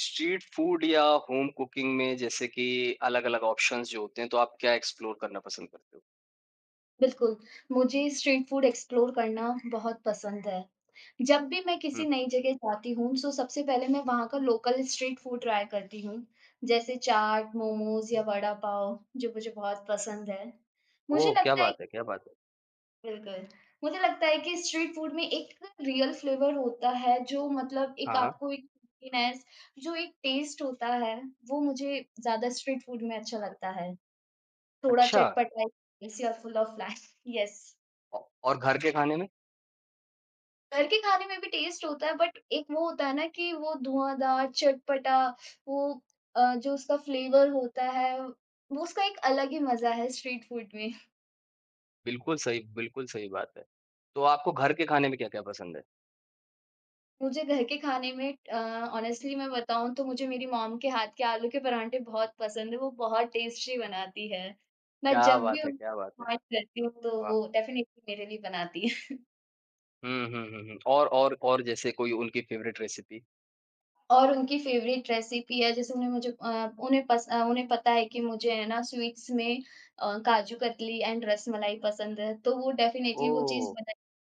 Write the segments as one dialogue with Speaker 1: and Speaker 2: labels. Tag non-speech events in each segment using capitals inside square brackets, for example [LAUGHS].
Speaker 1: Street food या home cooking में जैसे कि अलग-अलग ऑप्शंस जो होते हैं, तो आप क्या एक्सप्लोर करना पसंद करते हो?
Speaker 2: बिल्कुल, मुझे स्ट्रीट फूड एक्सप्लोर करना बहुत पसंद है। जब भी मैं
Speaker 1: हुँ।
Speaker 2: किसी नई जगह जाती हूँ, सबसे पहले मैं वहाँ का लोकल स्ट्रीट फूड ट्राई करती हूँ, जैसे चाट, मोमोज़ या वड़ा पाव, जो मुझे बहुत पसंद है। मुझे
Speaker 1: ओह! क्या
Speaker 2: लगता है।
Speaker 1: बात है, क्या बात है।
Speaker 2: बिल्कुल, मुझे लगता है कि स्ट्रीट फूड में एक रियल फ्लेवर होता है, जो मतलब एक
Speaker 1: हाँ,
Speaker 2: आपको एक फूडीनेस जो एक टेस्ट होता है, वो मुझे ज़्यादा स्ट्रीट फूड में अच्छा लगता है। थोड़ा
Speaker 1: अच्छा
Speaker 2: चटपटा, स्पाइसी और फुल ऑफ लाइफ। यस।
Speaker 1: औ और घर के खाने में?
Speaker 2: घर के खाने में भी टेस्ट होता है बट एक वो होता है ना कि वो धुआंधार, चटपटा वो जो उसका फ्लेवर होता है, वो उसका एक अलग ही मज़ा है स्ट्रीट फूड में। [LAUGHS]
Speaker 1: बिल्कुल सही बात है। तो आपको घर के खाने में क्या-क्या पसंद है?
Speaker 2: मुझे घर के खाने में ऑनेस्टली मैं बताऊँ तो मुझे मेरी मॉम के हाथ के आलू के पराठे बहुत पसंद है, वो बहुत टेस्टी बनाती है। मैं
Speaker 1: क्या
Speaker 2: जब भी
Speaker 1: बात है,
Speaker 2: उनकी
Speaker 1: क्या बात है।
Speaker 2: बात करती हूँ तो
Speaker 1: वाह!
Speaker 2: वो डेफ़िनेटली मेरे लिए बनाती है।
Speaker 1: हुँ, हुँ, हुँ, हुँ। और जैसे कोई उनकी फेवरेट रेसिपी?
Speaker 2: और उनकी फ़ेवरेट रेसिपी है जैसे उन्हें मुझे उन्हें पता है कि मुझे है ना स्वीट्स में काजू कतली एंड रसमलाई पसंद है, तो वो डेफ़िनेटली वो
Speaker 1: ओह!
Speaker 2: चीज़ बताएँगी।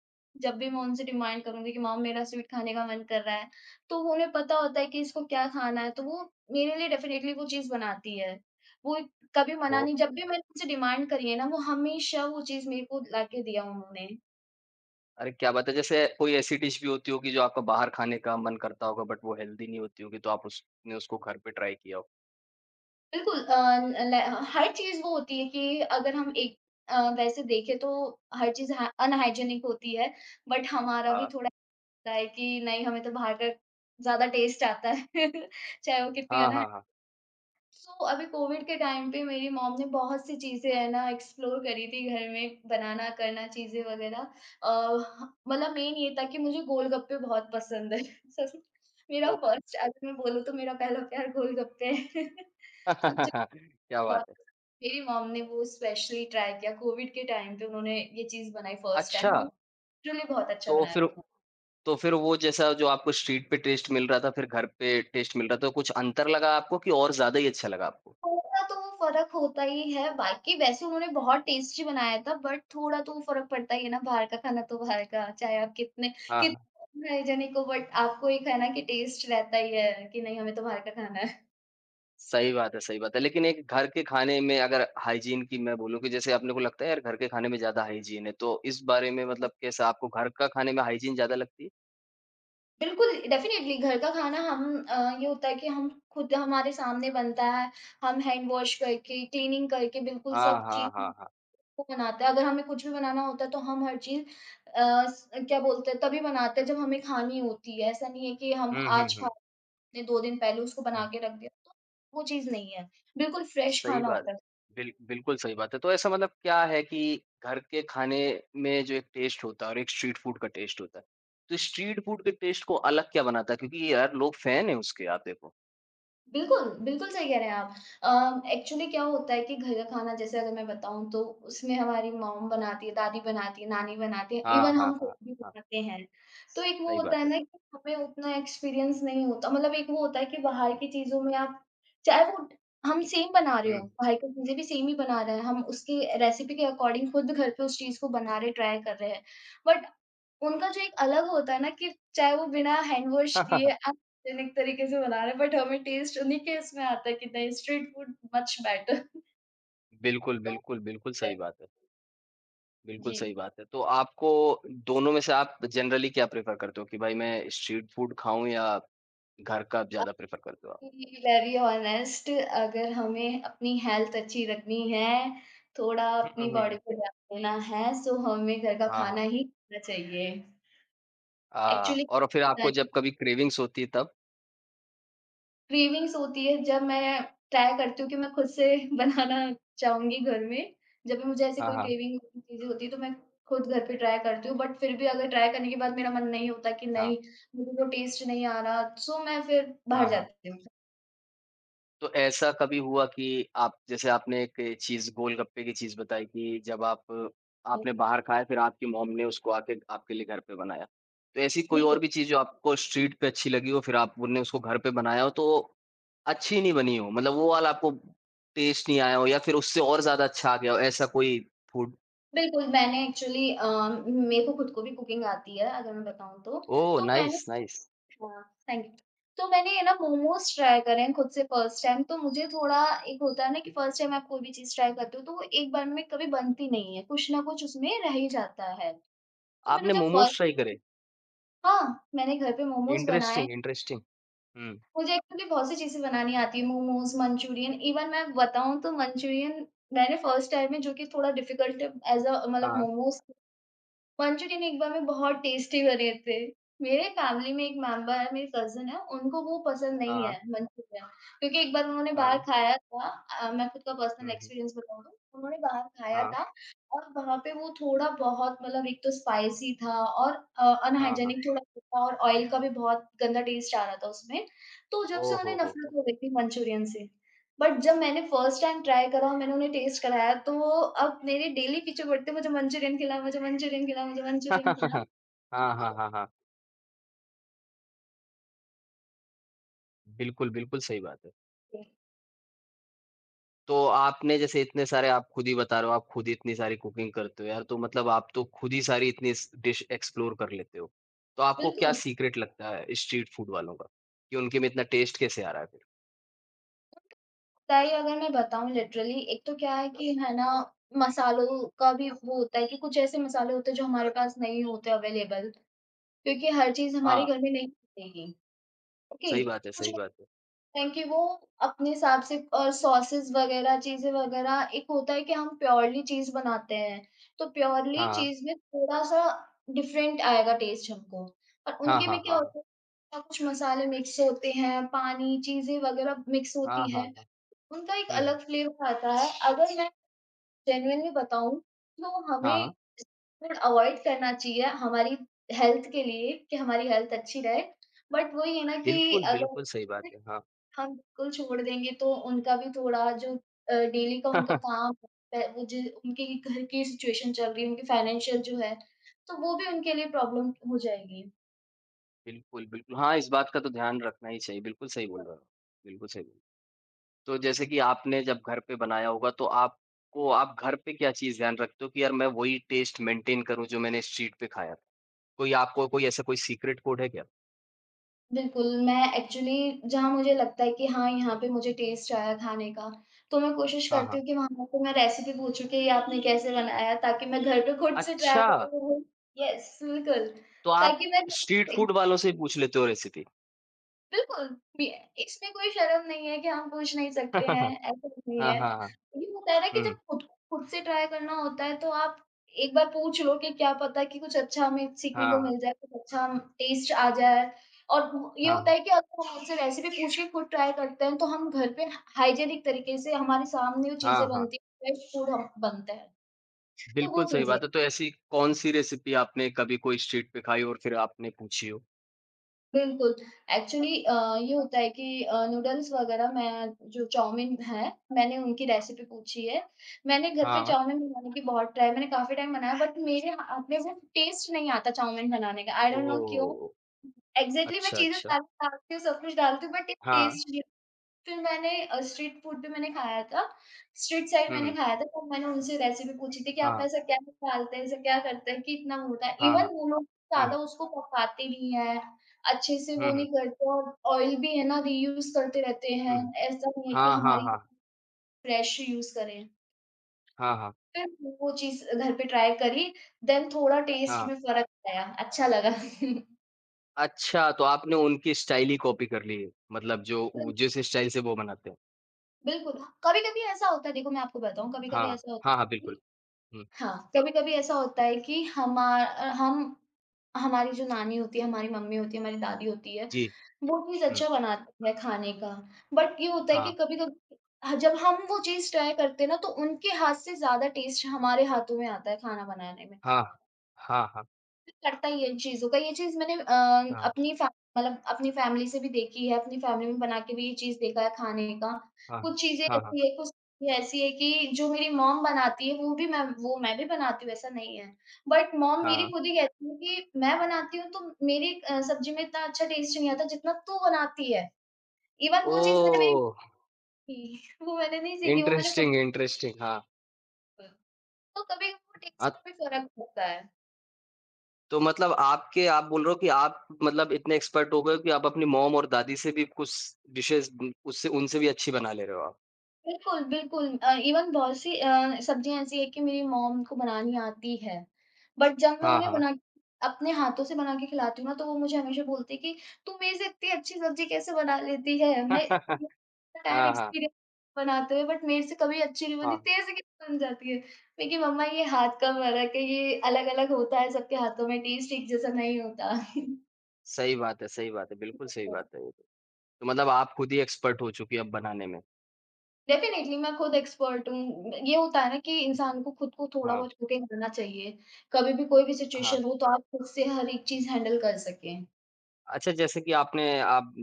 Speaker 2: जब भी मैं उनसे डिमांड करूँगी कि मॉम मेरा स्वीट खाने का मन कर रहा है, तो वो उन्हें पता होता है कि इसको क्या खाना है, तो वो मेरे लिए डेफ़िनेटली वो चीज़ बनाती है। वो कभी
Speaker 1: बो
Speaker 2: मना नहीं, जब भी मैंने उनसे डिमांड करी है ना, वो हमेशा वो चीज़ मेरे को लाके दिया उन्होंने।
Speaker 1: अरे क्या बात है! जैसे कोई ऐसी डिश भी होती होगी जो आपका बाहर खाने का मन करता होगा बट वो हेल्दी नहीं होती होगी, तो आप उसने उसको घर पे ट्राई किया हो।
Speaker 2: बिल्कुल, ल ल हर चीज़ वो होती है कि अगर हम एक वैसे देखें तो हर चीज़ हा अनहाइजीनिक होती है, बट हमारा
Speaker 1: आ
Speaker 2: भी थोड़ा होता है कि नहीं, हमें तो बाहर का ज़्यादा टेस्ट आता है, [LAUGHS] चाहे वो कितनी
Speaker 1: हाँ, हाँ, हाँ।
Speaker 2: अभी कोविड के टाइम पे मेरी मॉम ने बहुत सी चीज़ें है ना एक्सप्लोर करी थी, घर में बनाना करना चीज़ें वग़ैरह। मतलब मेन ये था कि मुझे गोलगप्पे बहुत पसंद है। [LAUGHS] सच में मेरा
Speaker 1: ओ
Speaker 2: फर्स्ट अगर मैं बोलूँ तो मेरा पहला प्यार गोलगप्पे है। [LAUGHS] तो मुझे
Speaker 1: [LAUGHS] क्या
Speaker 2: बहुत
Speaker 1: बात है!
Speaker 2: पसंद। मेरी मॉम ने वो स्पेशली ट्राई किया कोविड के टाइम पे, उन्होंने ये चीज़ बनाई फर्स्ट
Speaker 1: अच्छा,
Speaker 2: टाइम और लिटरली बहुत अच्छा
Speaker 1: तो
Speaker 2: बनाया
Speaker 1: फिर
Speaker 2: था।
Speaker 1: तो फिर वो जैसा जो आपको स्ट्रीट पे टेस्ट मिल रहा था, फिर घर पे टेस्ट मिल रहा था, तो कुछ अंतर लगा आपको कि और ज़्यादा ही अच्छा लगा आपको?
Speaker 2: थोड़ा तो फ़र्क होता ही है, बाकी वैसे उन्होंने बहुत टेस्टी बनाया था बट थोड़ा तो फ़र्क पड़ता ही है ना, बाहर का खाना तो बाहर का, चाहे आप कितने
Speaker 1: हाँ, हाँ।
Speaker 2: कितने हाइजीनिक हो बट आपको एक है ना कि टेस्ट रहता ही है कि नहीं, हमें तो बाहर का खाना है।
Speaker 1: सही बात है, सही बात है। लेकिन एक घर के खाने में अगर हाइजीन की मैं बोलूँ कि जैसे अपने को लगता है यार घर के खाने में ज़्यादा हाइजीन है, तो इस बारे में मतलब कैसा आपको घर का खाने में हाइजीन ज़्यादा लगती है?
Speaker 2: बिल्कुल, डेफ़िनेटली घर का खाना हम ये होता है कि हम खुद हमारे सामने बनता है, हम हैंड वॉश करके, क्लीनिंग करके बिल्कुल
Speaker 1: हाँ,
Speaker 2: सब
Speaker 1: हाँ,
Speaker 2: चीज़
Speaker 1: हाँ, हाँ।
Speaker 2: को बनाते हैं। अगर हमें कुछ भी बनाना होता है तो हम हर चीज़ अ, स क्या बोलते हैं तभी बनाते हैं जब हमें खानी होती है। ऐसा नहीं है कि हम
Speaker 1: हुँ, हुँ,
Speaker 2: आज खा
Speaker 1: हुँ,
Speaker 2: रहे हैं 2 दिन पहले उसको
Speaker 1: हुँ।
Speaker 2: बना के रख दिया, तो वो चीज़ नहीं है। बिल्कुल फ्रेश
Speaker 1: सही
Speaker 2: खाना
Speaker 1: बात।
Speaker 2: होता है।
Speaker 1: बिल्कुल सही बात है। तो ऐसा मतलब क्या है कि घर के खाने में जो एक टेस्ट होता है और एक स्ट्रीट फूड का टेस्ट होता है। तो स्ट्रीट फूड के टेस्ट को अलग क्या बनाता है? क्योंकि यार लोग फैन हैं उसके आप देखो।
Speaker 2: बिल्कुल, बिल्कुल सही कह रहे हैं आप। एक्चुअली क्या होता है कि घर का खाना जैसे अगर मैं बताऊँ तो उसमें हमारी मॉम बनाती है, दादी बनाती है, नानी बनाती है,
Speaker 1: हाँ,
Speaker 2: इवन
Speaker 1: हाँ,
Speaker 2: हम खुद
Speaker 1: हाँ,
Speaker 2: भी
Speaker 1: हाँ।
Speaker 2: बनाते हैं। तो एक वो
Speaker 1: सही
Speaker 2: होता
Speaker 1: बात
Speaker 2: है
Speaker 1: है।
Speaker 2: ना कि हमें उतना एक्सपीरियंस नहीं होता, मतलब एक वो होता है कि बाहर
Speaker 1: हुँ,
Speaker 2: की चीज़ों में आप चाहे वो हम सेम बना रहे
Speaker 1: हुँ।
Speaker 2: हो, बाहर की चीज़ें भी सेम ही बना रहे हैं, हम उसकी रेसिपी के अकॉर्डिंग खुद घर पे उस चीज़ को बना रहे, ट्राई कर रहे हैं। बट उनका जो एक अलग होता है ना कि चाहे वो बिना हैंड वॉश किए
Speaker 1: [LAUGHS]
Speaker 2: यूनिक तरीके से बना रहे हैं बट हमें टेस्ट उन्हीं के इसमें आता है कि नहीं, स्ट्रीट फूड मच बेटर। [LAUGHS]
Speaker 1: बिल्कुल,
Speaker 2: तो वो
Speaker 1: बिल्कुल, बिल्कुल
Speaker 2: है।
Speaker 1: सही बात है। बिल्कुल
Speaker 2: जी,
Speaker 1: सही बात है। तो आपको दोनों में से आप जनरली क्या प्रेफ़र करते हो कि भाई मैं स्ट्रीट फूड खाऊँ या घर का ज़्यादा प्रेफ़र करते हो आप?
Speaker 2: आपकी वेरी ऑनेस्ट, अगर हमें अपनी हेल्थ अच्छी रखनी है, थोड़ा
Speaker 1: हुँ,
Speaker 2: अपनी
Speaker 1: हुँ, हुँ।
Speaker 2: बॉडी को ध्यान देना है सो हमें घर का
Speaker 1: हाँ,
Speaker 2: खाना
Speaker 1: हाँ।
Speaker 2: ही खाना चाहिए।
Speaker 1: हाँ,
Speaker 2: एक्चुअली
Speaker 1: और फिर आपको जब कभी क्रेविंग्स होती है तब?
Speaker 2: क्रेविंग्स होती है जब मैं ट्राई करती हूँ कि मैं खुद से [LAUGHS] बनाना चाहूँगी घर में। जब भी मुझे ऐसी
Speaker 1: हाँ,
Speaker 2: कोई
Speaker 1: हाँ।
Speaker 2: क्रेविंग चीज़ें होती है तो मैं खुद घर पे ट्राई करती हूँ बट फिर भी अगर ट्राई करने के बाद मेरा मन नहीं होता कि
Speaker 1: हाँ,
Speaker 2: नहीं, मुझे तो टेस्ट नहीं आ रहा सो मैं फिर
Speaker 1: हाँ,
Speaker 2: बाहर
Speaker 1: हाँ।
Speaker 2: जाती हूँ।
Speaker 1: तो ऐसा कभी हुआ कि आप जैसे आपने एक चीज़ गोलगप्पे की चीज़ बताई कि जब आप आपने बाहर खाया फिर आपकी मॉम ने उसको आके आपके लिए घर पे बनाया। तो ऐसी कोई और
Speaker 2: बिल्कुल,
Speaker 1: भी चीज़ जो आपको स्ट्रीट पे अच्छी लगी हो फिर आपने उसको घर पे बनाया हो तो अच्छी नहीं बनी हो? मतलब वो वाला आपको टेस्ट नहीं आया हो या फिर उससे और ज़्यादा अच्छा आ गया हो ऐसा कोई फूड?
Speaker 2: बिल्कुल मैंने एक्चुअली मेरे को खुद को भी कुकिंग आती है अगर मैं बताऊँ तो।
Speaker 1: ओह!
Speaker 2: तो मैंने
Speaker 1: नाइस, नाइस।
Speaker 2: वाह! Thank you. तो मैंने है ना मोमोज़ ट्राई करे हैं खुद से फर्स्ट टाइम, तो मुझे थोड़ा एक होता है ना कि फर्स्ट टाइम आप कोई भी चीज़ ट्राई करते हो तो वो एक बार में कभी बनती नहीं है, कुछ ना कुछ उसमें रह ही जाता है। तो मैंने
Speaker 1: आपने
Speaker 2: जब
Speaker 1: मोमोज़
Speaker 2: फर्स्ट
Speaker 1: ट्राई करे?
Speaker 2: हाँ, मैंने घर पे मोमोज़ बनाए,
Speaker 1: इंटरेस्टिंग, इंटरेस्टिंग। हुँ।
Speaker 2: मुझे एक्चुअली बहुत सी चीज़ें बनानी आती है, मोमोज़, मंचूरियन, इवन मैं बताऊँ तो मंचूरियन मैंने फर्स्ट टाइम में जो कि थोड़ा डिफिकल्ट ऐज़ अ मतलब
Speaker 1: हाँ,
Speaker 2: मोमोज़ मंचूरियन एक बार में बहुत टेस्टी बने थे। मेरे फैमिली में एक मेंबर है, मेरी कज़िन है, उनको वो पसंद नहीं
Speaker 1: हाँ,
Speaker 2: है मंचूरियन क्योंकि एक बार उन्होंने बाहर
Speaker 1: हाँ।
Speaker 2: खाया था। मैं खुद का पर्सनल
Speaker 1: हुँ, हुँ।
Speaker 2: एक्सपीरियंस बताऊँ, उन्होंने बाहर खाया
Speaker 1: हाँ,
Speaker 2: था और वहाँ पे वो थोड़ा बहुत मतलब एक तो स्पाइसी था और
Speaker 1: हाँ, हाँ।
Speaker 2: अनहाइजीनिक थोड़ा था और ऑयल का भी बहुत गंदा टेस्ट आ रहा था उसमें। तो जब
Speaker 1: ओह
Speaker 2: से उन्हें
Speaker 1: हो,
Speaker 2: नफ़रत
Speaker 1: हो!
Speaker 2: हो गई थी मंचूरियन से। बट जब मैंने फर्स्ट टाइम ट्राई करा, और मैंने उन्हें टेस्ट कराया, तो वो अब मेरे डेली पीछे पड़ते हैं, मुझे मंचूरियन खिला, मुझे मंचूरियन खिला, मुझे मंचूरियन खिला।
Speaker 1: [LAUGHS] हाँ, हाँ, हाँ, हाँ। बिल्कुल, बिल्कुल सही बात है। तो आपने जैसे इतने सारे आप खुद ही बता रहे हो, आप खुद ही इतनी सारी कुकिंग करते हो यार, तो मतलब आप तो खुद ही सारी इतनी स डिश एक्सप्लोर कर लेते हो। तो आपको क्या
Speaker 2: बिल्कुल,
Speaker 1: सीक्रेट लगता है स्ट्रीट फूड वालों का, कि उनके में इतना टेस्ट कैसे आ रहा है फिर?
Speaker 2: ताई अगर मैं बताऊँ लिटरली, एक तो क्या है कि है ना, मसालों का भी वो होता है कि कुछ ऐसे मसाले होते हैं जो हमारे पास नहीं होते अवेलेबल, क्योंकि हर चीज़ हमारे
Speaker 1: हाँ,
Speaker 2: घर में नहीं मिलेगी, ओके?
Speaker 1: सही बात है,
Speaker 2: कुछ
Speaker 1: सही बात है।
Speaker 2: क्योंकि वो अपने हिसाब से और सॉसेस वगैरह, चीज़ें वगैरह, एक होता है कि हम प्योरली चीज़ बनाते हैं, तो प्योरली
Speaker 1: हाँ।
Speaker 2: चीज़ में थोड़ा-सा डिफरेंट आएगा टेस्ट हमको। और
Speaker 1: हाँ,
Speaker 2: उनके
Speaker 1: हाँ,
Speaker 2: में क्या
Speaker 1: हाँ, हाँ।
Speaker 2: होता है ना, कुछ मसाले मिक्स होते हैं, पानी, चीज़ें वगैरह मिक्स
Speaker 1: हाँ,
Speaker 2: होती
Speaker 1: हाँ,
Speaker 2: हैं,
Speaker 1: हाँ।
Speaker 2: उनका एक
Speaker 1: हुँ, हुँ।
Speaker 2: अलग फ्लेवर आता है। अगर मैं जेन्युइनली बताऊँ, तो
Speaker 1: हाँ,
Speaker 2: हमें फूड अवॉइड करना चाहिए हमारी हेल्थ के लिए कि हमारी हेल्थ अच्छी रहे। बट वही है ना कि
Speaker 1: बिल्कुल,
Speaker 2: अगर
Speaker 1: बिल्कुल सही बात
Speaker 2: स्ट्रीट
Speaker 1: है।
Speaker 2: फूड
Speaker 1: हाँ।
Speaker 2: हम बिल्कुल छोड़ देंगे तो उनका भी थोड़ा जो डेली का उनका
Speaker 1: [LAUGHS]
Speaker 2: काम है वो जो उनके घर की सिचुएशन चल रही है, उनकी फाइनेंशियल जो है, तो वो भी उनके लिए प्रॉब्लम हो जाएगी।
Speaker 1: बिल्कुल, बिल्कुल। हाँ, इस बात का तो ध्यान रखना ही चाहिए। बिल्कुल सही बोल रहे हो। बिल्कुल सही बोल तो जैसे कि आपने जब घर पे बनाया होगा तो आपको आप घर पे क्या चीज़ ध्यान रखते हो कि यार मैं वही टेस्ट मेंटेन करूँ जो मैंने स्ट्रीट पे खाया? था? कोई आपको कोई ऐसा कोई सीक्रेट कोड है क्या?
Speaker 2: बिल्कुल, मैं एक्चुअली जहाँ मुझे लगता है कि हाँ, यहाँ पे मुझे टेस्ट आया खाने का, तो मैं कोशिश
Speaker 1: हाँ,
Speaker 2: करती हूँ
Speaker 1: हाँ।
Speaker 2: कि वहाँ पे मैं रेसिपी पूछूँ कि ये आपने कैसे बनाया ताकि मैं घर पे खुद से ट्राई
Speaker 1: अच्छा!
Speaker 2: करूँ। येस, बिल्कुल,
Speaker 1: तो आप
Speaker 2: ताकि मैं
Speaker 1: स्ट्रीट फूड वालों से ही पूछ लेते हो रेसिपी?
Speaker 2: बिल्कुल, भी इसमें कोई शर्म नहीं है कि हम पूछ नहीं
Speaker 1: [LAUGHS] हाँ,
Speaker 2: सकते
Speaker 1: हाँ, हाँ।
Speaker 2: हैं, ऐसा कुछ नहीं है।
Speaker 1: हाँ, हाँ, हाँ।
Speaker 2: ये होता है ना कि
Speaker 1: हुँ,
Speaker 2: जब खुद खुद से ट्राई करना होता है तो आप एक बार पूछ लो कि क्या पता कि कुछ अच्छा हमें सीखने को
Speaker 1: हाँ,
Speaker 2: मिल जाए, कुछ अच्छा हम टेस्ट आ जाए। और वो ये होता
Speaker 1: हाँ,
Speaker 2: है कि अगर हम उनसे रेसिपी पूछ के खुद ट्राई करते हैं तो हम घर पे हाइजीनिक तरीके से हमारे सामने वो
Speaker 1: हाँ,
Speaker 2: चीज़ें
Speaker 1: हाँ।
Speaker 2: बनती हैं, फ्रेश फूड हम बनता है, तो वो
Speaker 1: बिल्कुल सही
Speaker 2: चीज़ें।
Speaker 1: बात है। तो ऐसी कौन-सी रेसिपी आपने कभी कोई स्ट्रीट पे खाई और फिर आपने पूछी हो?
Speaker 2: बिल्कुल, एक्चुअली ये होता है कि नूडल्स वगैरह मैं जो चाउमीन है, मैंने उनकी रेसिपी पूछी है। मैंने घर पे
Speaker 1: हाँ।
Speaker 2: चाउमीन बनाने की बहुत ट्राई मैंने काफ़ी टाइम बनाया बट मेरे हाथ में वो टेस्ट नहीं आता चाउमीन बनाने का, आई डोंट नो क्यों?
Speaker 1: ओह!
Speaker 2: एग्ज़ैक्टली मैं
Speaker 1: अच्छा,
Speaker 2: चीज़ें
Speaker 1: अच्छा।
Speaker 2: सारी डालती हूँ, सब कुछ डालती हूँ बट एक
Speaker 1: हाँ।
Speaker 2: टेस्ट फिर मैंने स्ट्रीट फूड भी मैंने खाया था, स्ट्रीट साइड
Speaker 1: हुँ,
Speaker 2: मैंने
Speaker 1: हुँ।
Speaker 2: खाया था, तब मैंने उनसे रेसिपी पूछी थी कि आप
Speaker 1: हाँ,
Speaker 2: ऐसा क्या डालते हैं, ऐसा क्या करते हैं कि इतना होता है?
Speaker 1: हाँ,
Speaker 2: इवन
Speaker 1: हाँ।
Speaker 2: वो लोग
Speaker 1: हुँ,
Speaker 2: ज़्यादा उसको पकाते नहीं हैं, अच्छे से
Speaker 1: हुँ,
Speaker 2: वो
Speaker 1: हुँ,
Speaker 2: नहीं करते और ऑयल भी है ना रीयूज़ करते रहते
Speaker 1: हुँ।
Speaker 2: हैं, ऐसा नहीं है कि
Speaker 1: हाँ, हाँ,
Speaker 2: हमारी
Speaker 1: हाँ।
Speaker 2: फ्रेश यूज़ करें।
Speaker 1: हाँ, हाँ,
Speaker 2: फिर वो चीज़ घर पे ट्राई करी, देन थोड़ा टेस्ट में
Speaker 1: हाँ।
Speaker 2: फ़र्क आया, अच्छा लगा। [LAUGHS]
Speaker 1: अच्छा, तो आपने उनकी स्टाइल ही कॉपी कर ली है। मतलब जो वो
Speaker 2: बिल
Speaker 1: जिस स्टाइल से वो बनाते हैं।
Speaker 2: बिल्कुल, कभी-कभी ऐसा होता है देखो मैं आपको बताऊँ,
Speaker 1: हाँ।
Speaker 2: कभी-कभी ऐसा होता
Speaker 1: हाँ, हाँ,
Speaker 2: है
Speaker 1: बिल्कुल।
Speaker 2: कि
Speaker 1: हुँ,
Speaker 2: हाँ, कभी-कभी ऐसा होता है कि हमा अ, हम हमारी जो नानी होती है, हमारी मम्मी होती है, हमारी दादी होती है,
Speaker 1: जी।
Speaker 2: वो चीज़
Speaker 1: हुँ,
Speaker 2: अच्छा बनाती है खाने का। बट ये होता है कि
Speaker 1: हाँ,
Speaker 2: कभी-कभी ह जब हम वो चीज़ ट्राई करते हैं ना, तो उनके हाथ से ज़्यादा टेस्ट हमारे हाथों में आता है खाना बनाने में।
Speaker 1: हाँ, हाँ, हाँ,
Speaker 2: करता ही है इन चीज़ों का। ये चीज़ मैंने अ,
Speaker 1: हाँ,
Speaker 2: अपनी फै मतलब अपनी फैमिली से भी देखी है, अपनी फैमिली में बना के भी ये चीज़ देखा है खाने का।
Speaker 1: हाँ, हाँ,
Speaker 2: कुछ चीज़ें ऐसी है कि जो मेरी मॉम बनाती है वो मैं भी बनाती हूँ ऐसा नहीं है। बट मॉम
Speaker 1: हाँ,
Speaker 2: मेरी
Speaker 1: हाँ।
Speaker 2: खुद ही कहती है कि मैं बनाती हूँ तो मेरी सब्ज़ी में इतना अच्छा टेस्ट नहीं आता जितना तू बनाती है। इवन वो चीज़ मैंने नहीं
Speaker 1: ओह!
Speaker 2: सीखी, [LAUGHS] वो मैंने नहीं सीखी, वो मैंने खुद
Speaker 1: इंटरेस्टिंग, इंटरेस्टिंग। हाँ।
Speaker 2: की। तो कभी वो
Speaker 1: अ,
Speaker 2: टेस्ट का भी फ़र्क होता है।
Speaker 1: तो मतलब आपके आप बोल रहे हो कि आप मतलब इतने एक्सपर्ट हो गए हो कि आप अपनी मॉम और दादी से भी कुछ डिशेज़ उम, उससे उनसे भी अच्छी बना ले रहे हो आप।
Speaker 2: बिल्कुल, इवन बहुत सी सब्जियाँ ऐसी हैं कि मेरी मॉम को बनानी आती है। बट जब मैं
Speaker 1: हाँ,
Speaker 2: उन्हें
Speaker 1: हाँ।
Speaker 2: बना अपने हाथों से बना के खिलाती हूँ ना, तो वो मुझे हमेशा बोलती है कि, "तू मेरे से इतनी अच्छी सब्ज़ी कैसे बना लेती है? मैं
Speaker 1: [LAUGHS]
Speaker 2: इतना टाइम
Speaker 1: हाँ, हाँ,
Speaker 2: एक्सपीरियंस बनाते हुए बट मेरे से कभी अच्छी नहीं बनी,
Speaker 1: हाँ।
Speaker 2: तेरे से कैसे बन जाती है?" मैं कि, "मम्मा ये हाथ का फ़र्क है, ये अलग-अलग होता है, सबके हाथों में टेस्ट एक जैसा नहीं होता।"
Speaker 1: सही बात है, सही बात है। बिल्कुल सही बात
Speaker 2: [LAUGHS]
Speaker 1: है ये तो। तो मतलब आप खुद ही एक्सपर्ट हो चुकी हैं अब बनाने में।
Speaker 2: डेफ़िनेटली, मैं खुद एक्सपर्ट हूँ। ये होता है ना कि इंसान को खुद को थोड़ा
Speaker 1: हाँ,
Speaker 2: बहुत कुकिंग करना चाहिए। कभी भी कोई भी
Speaker 1: हाँ।
Speaker 2: सिचुएशन हो तो आप खुद से हर एक चीज़ हैंडल कर सकें।
Speaker 1: अच्छा जैसे कि आपने आप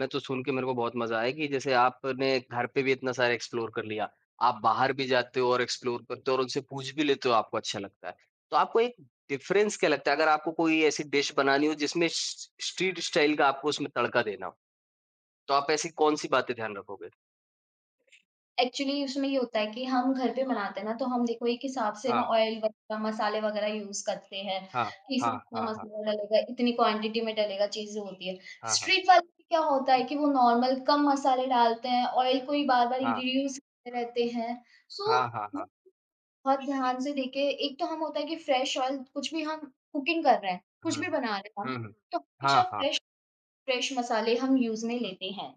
Speaker 1: मैं तो सुन के मेरे को बहुत मज़ा आया कि जैसे आपने घर पे भी इतना सारा एक्सप्लोर कर लिया। आप बाहर भी जाते हो और एक्सप्लोर करते हो और उनसे पूछ भी लेते हो, आपको अच्छा लगता है। तो आपको एक डिफ़रेंस क्या लगता है अगर आपको कोई ऐसी डिश बनानी हो जिसमें स स्ट्रीट स्टाइल का आपको उसमें तड़का देना हो, तो आप ऐसी कौन-सी बातें ध्यान रखोगे?
Speaker 2: एक्चुअली उसमें ये होता है कि हम घर पे बनाते हैं ना तो हम देखो एक हिसाब से ना
Speaker 1: हाँ,
Speaker 2: ऑयल वगैरह, मसाले वगैरह यूज़ करते हैं
Speaker 1: हाँ,
Speaker 2: कि इसमें
Speaker 1: हाँ,
Speaker 2: इतना
Speaker 1: हाँ, हाँ,
Speaker 2: मसाला डलेगा, इतनी क्वांटिटी में डलेगा, चीज़ें होती हैं।
Speaker 1: हाँ, हाँ।
Speaker 2: स्ट्रीट वाले में क्या होता है कि वो नॉर्मल कम मसाले डालते हैं, ऑयल को ही बार-बार
Speaker 1: हाँ।
Speaker 2: रिड्यूस करते रहते हैं। सो
Speaker 1: हाँ, हाँ, हाँ।
Speaker 2: बहुत ध्यान से देखे, एक तो हम होता है कि फ्रेश ऑयल कुछ भी हम कुकिंग कर रहे हैं, कुछ
Speaker 1: हुँ।
Speaker 2: भी बना रहे हैं
Speaker 1: हुँ,
Speaker 2: हम,
Speaker 1: हुँ।
Speaker 2: तो
Speaker 1: हाँ,
Speaker 2: हमेशा
Speaker 1: हाँ,
Speaker 2: फ्रेश फ्रेश मसाले हम यूज़ में लेते हैं।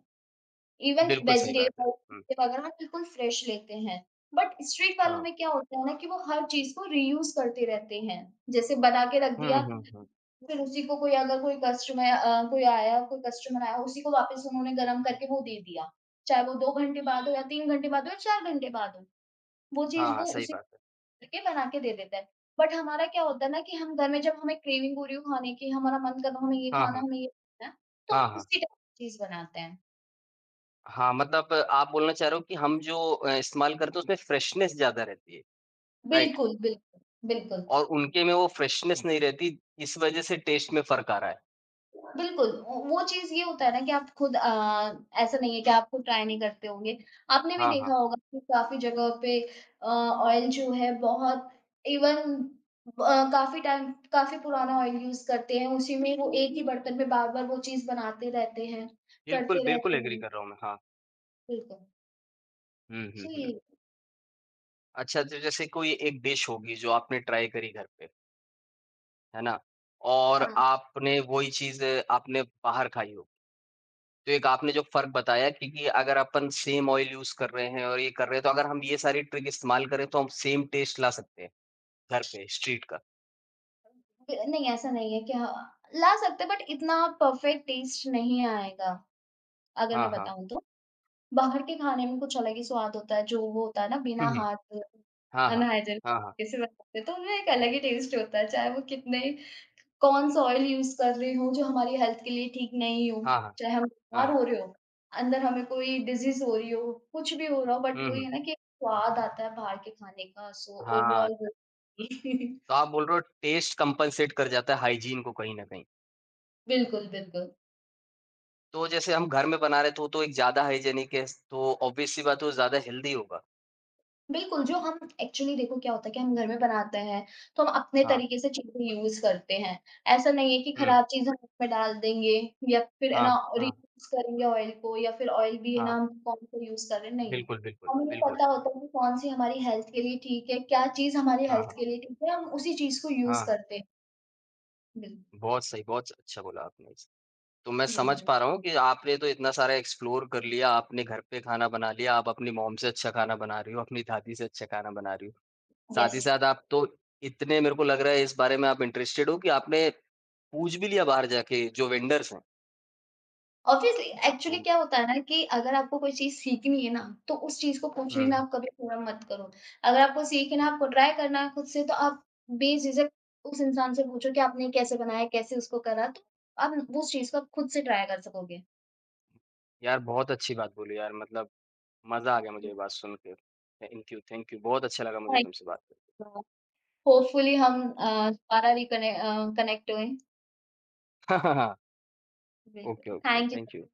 Speaker 2: इवन
Speaker 1: बिल्कुल सही बात है।
Speaker 2: वेजिटेबल
Speaker 1: हुँ,
Speaker 2: वगैरह हम बिल्कुल फ्रेश लेते हैं। बट स्ट्रीट वालों
Speaker 1: हाँ।
Speaker 2: में क्या होता है ना कि वो हर चीज़ को रीयूज़ करते रहते हैं। जैसे बना के रख
Speaker 1: हुँ,
Speaker 2: दिया,
Speaker 1: हुँ, हुँ।
Speaker 2: फिर उसी को कोई अगर कोई कस्टमर अ, कोई आया कोई कस्टमर आया, उसी को वापस उन्होंने गरम करके वो दे दिया। चाहे वो 2 घंटे बाद हो या 3 घंटे बाद हो या 4 घंटे बाद हो, वो
Speaker 1: हाँ,
Speaker 2: चीज़
Speaker 1: हाँ,
Speaker 2: वो
Speaker 1: सही
Speaker 2: उसी
Speaker 1: बात है।
Speaker 2: करके बना के दे देता है। बट हमारा क्या होता है ना कि हम घर में जब हमें क्रेविंग हो रही हो खाने की, हमारा मन कर रहा है हमें ये
Speaker 1: हाँ,
Speaker 2: खाना है,
Speaker 1: हाँ।
Speaker 2: हमें ये खाना है, तो
Speaker 1: हाँ,
Speaker 2: हम
Speaker 1: हाँ।
Speaker 2: उसी टाइप की चीज़ बनाते हैं।
Speaker 1: हाँ, मतलब आप बोलना चाह रहे हो कि हम जो इस्तेमाल करते हैं उसमें फ्रेशनेस ज़्यादा रहती है, राइट?
Speaker 2: बिल्कुल, बिल्कुल, बिल्कुल।
Speaker 1: और उनके में वो फ्रेशनेस नहीं रहती, इस वजह से टेस्ट में फ़र्क आ रहा है।
Speaker 2: बिल्कुल, वो चीज़ ये होता है ना कि ऐसा नहीं है कि आप खुद ट्राई नहीं करते होंगे। आपने भी
Speaker 1: हाँ,
Speaker 2: देखा
Speaker 1: हाँ।
Speaker 2: होगा कि काफ़ी जगह पे ऑयल जो है बहुत इवन काफ़ी टाइम काफ़ी पुराना ऑयल यूज़ करते हैं, उसी में वो एक ही बर्तन में बार-बार वो चीज़ बनाते रहते हैं,
Speaker 1: बिल्कुल,
Speaker 2: करते
Speaker 1: बिल्कुल
Speaker 2: रहते
Speaker 1: एग्री
Speaker 2: हैं।
Speaker 1: कर रहा हूँ मैं। हाँ।
Speaker 2: बिल्कुल।
Speaker 1: हुँ, हुँ, हुँ।
Speaker 2: जी,
Speaker 1: अच्छा तो जैसे कोई एक डिश होगी जो आपने ट्राई करी घर पे, है ना? और
Speaker 2: हाँ।
Speaker 1: आपने वही चीज़ आपने बाहर खाई हो, तो एक आपने जो फ़र्क बताया क्योंकि अगर अपन सेम ऑयल यूज़ कर रहे हैं और ये कर रहे हैं, तो अगर हम ये सारी ट्रिक इस्तेमाल करें तो हम सेम टेस्ट ला सकते हैं, घर पे स्ट्रीट का।
Speaker 2: ब नहीं ऐसा नहीं है कि हाँ, ला सकते हैं बट इतना परफेक्ट टेस्ट नहीं आएगा, अगर
Speaker 1: हाँ,
Speaker 2: मैं
Speaker 1: हाँ।
Speaker 2: बताऊँ तो। बाहर के खाने में कुछ अलग ही स्वाद होता है, जो वो होता है ना
Speaker 1: हुँ,
Speaker 2: बिना
Speaker 1: हुँ।
Speaker 2: हाथ
Speaker 1: हाँ, हाँ।
Speaker 2: अनहाइजीनिक
Speaker 1: हाँ, हाँ।
Speaker 2: तरीके से बनाते हैं, तो उनमें एक अलग ही टेस्ट होता है, चाहे वो कितने ही कौन-सा ऑयल यूज़ कर रहे हों, जो हमारी हेल्थ के लिए ठीक नहीं हो,
Speaker 1: हाँ, हाँ।
Speaker 2: चाहे हम
Speaker 1: हाँ,
Speaker 2: बीमार
Speaker 1: हाँ।
Speaker 2: हो रहे हों, अंदर हमें कोई डिज़ीज़ हो रही हो, कुछ भी हो रहा हो बट
Speaker 1: हुँ,
Speaker 2: वही है
Speaker 1: हुँ।
Speaker 2: ना कि स्वाद आता है बाहर के खाने का, सो
Speaker 1: हाँ,
Speaker 2: ओवरऑल
Speaker 1: तो
Speaker 2: [LAUGHS]
Speaker 1: आप बोल रहे हो टेस्ट कंपनसेट कर जाता है हाइजीन को कहीं न कहीं।
Speaker 2: बिल्कुल, बिल्कुल।
Speaker 1: तो जैसे हम घर में बना रहे तो वो तो एक ज़्यादा हाइजीनिक है, तो ऑब्वियस सी बात है वो ज़्यादा हेल्दी होगा।
Speaker 2: बिल्कुल, जो हम एक्चुअली देखो क्या होता है कि हम घर में बनाते हैं, तो हम अपने
Speaker 1: हाँ,
Speaker 2: तरीके से चीज़ें यूज़ करते हैं। ऐसा नहीं है कि
Speaker 1: हुँ।
Speaker 2: खराब चीज़ हम उसमें डाल देंगे या फिर है
Speaker 1: हाँ,
Speaker 2: ना
Speaker 1: हाँ,
Speaker 2: रीयूज़ करेंगे ऑयल को या फिर ऑयल भी है ना
Speaker 1: हाँ।
Speaker 2: हम कौन-सा यूज़ कर रहे हैं, नहीं।
Speaker 1: बिल्कुल, बिल्कुल,
Speaker 2: हमें ये
Speaker 1: बिल्कुल।
Speaker 2: पता होता है कि कौन-सी हमारी हेल्थ के लिए ठीक है, क्या चीज़ हमारी
Speaker 1: हाँ,
Speaker 2: हेल्थ
Speaker 1: हाँ।
Speaker 2: के लिए ठीक है, हम उसी चीज़ को यूज़
Speaker 1: हाँ, हाँ।
Speaker 2: करते हैं। बिल
Speaker 1: बहुत सही, बहुत अच्छा बोला आपने। तो मैं समझ
Speaker 2: बिल्कुल,
Speaker 1: पा रहा हूँ कि आपने तो इतना सारा एक्सप्लोर कर लिया, आपने घर पे खाना बना लिया, आप अपनी मॉम से अच्छा खाना बना रही हो, अपनी दादी से अच्छा खाना बना रही हो। साथ ही
Speaker 2: यस।
Speaker 1: साथ आप तो इतने मेरे को लग रहा है इस बारे में आप इंटरेस्टेड हो कि आपने पूछ भी लिया बाहर जाके जो वेंडर्स हैं।
Speaker 2: ऑब्वियसली एक्चुअली
Speaker 1: हुँ,
Speaker 2: क्या होता है ना कि अगर आपको कोई चीज़ सीखनी है ना, तो उस चीज़ को पूछने में
Speaker 1: हुँ।
Speaker 2: आप कभी शर्म मत करो। अगर आपको सीखना है, आपको ट्राई करना है खुद से तो आप बेझिझक उस इंसान से पूछो कि आपने कैसे बनाया, कैसे उसको करा? तो आप उस चीज़ को आप खुद से ट्राई कर सकोगे।
Speaker 1: यार बहुत अच्छी बात बोली यार मतलब मज़ा आ गया मुझे ये बात सुन के। Thank you, thank you. बहुत अच्छा लगा मुझे
Speaker 2: थैंक
Speaker 1: तुमसे बात करके।
Speaker 2: यू होपफुली हम दोबारा कनेक्ट हुए।
Speaker 1: [LAUGHS] हाँ, हाँ, हाँ।
Speaker 2: बिल्कुल,
Speaker 1: okay, okay.
Speaker 2: Thank you.
Speaker 1: Thank you.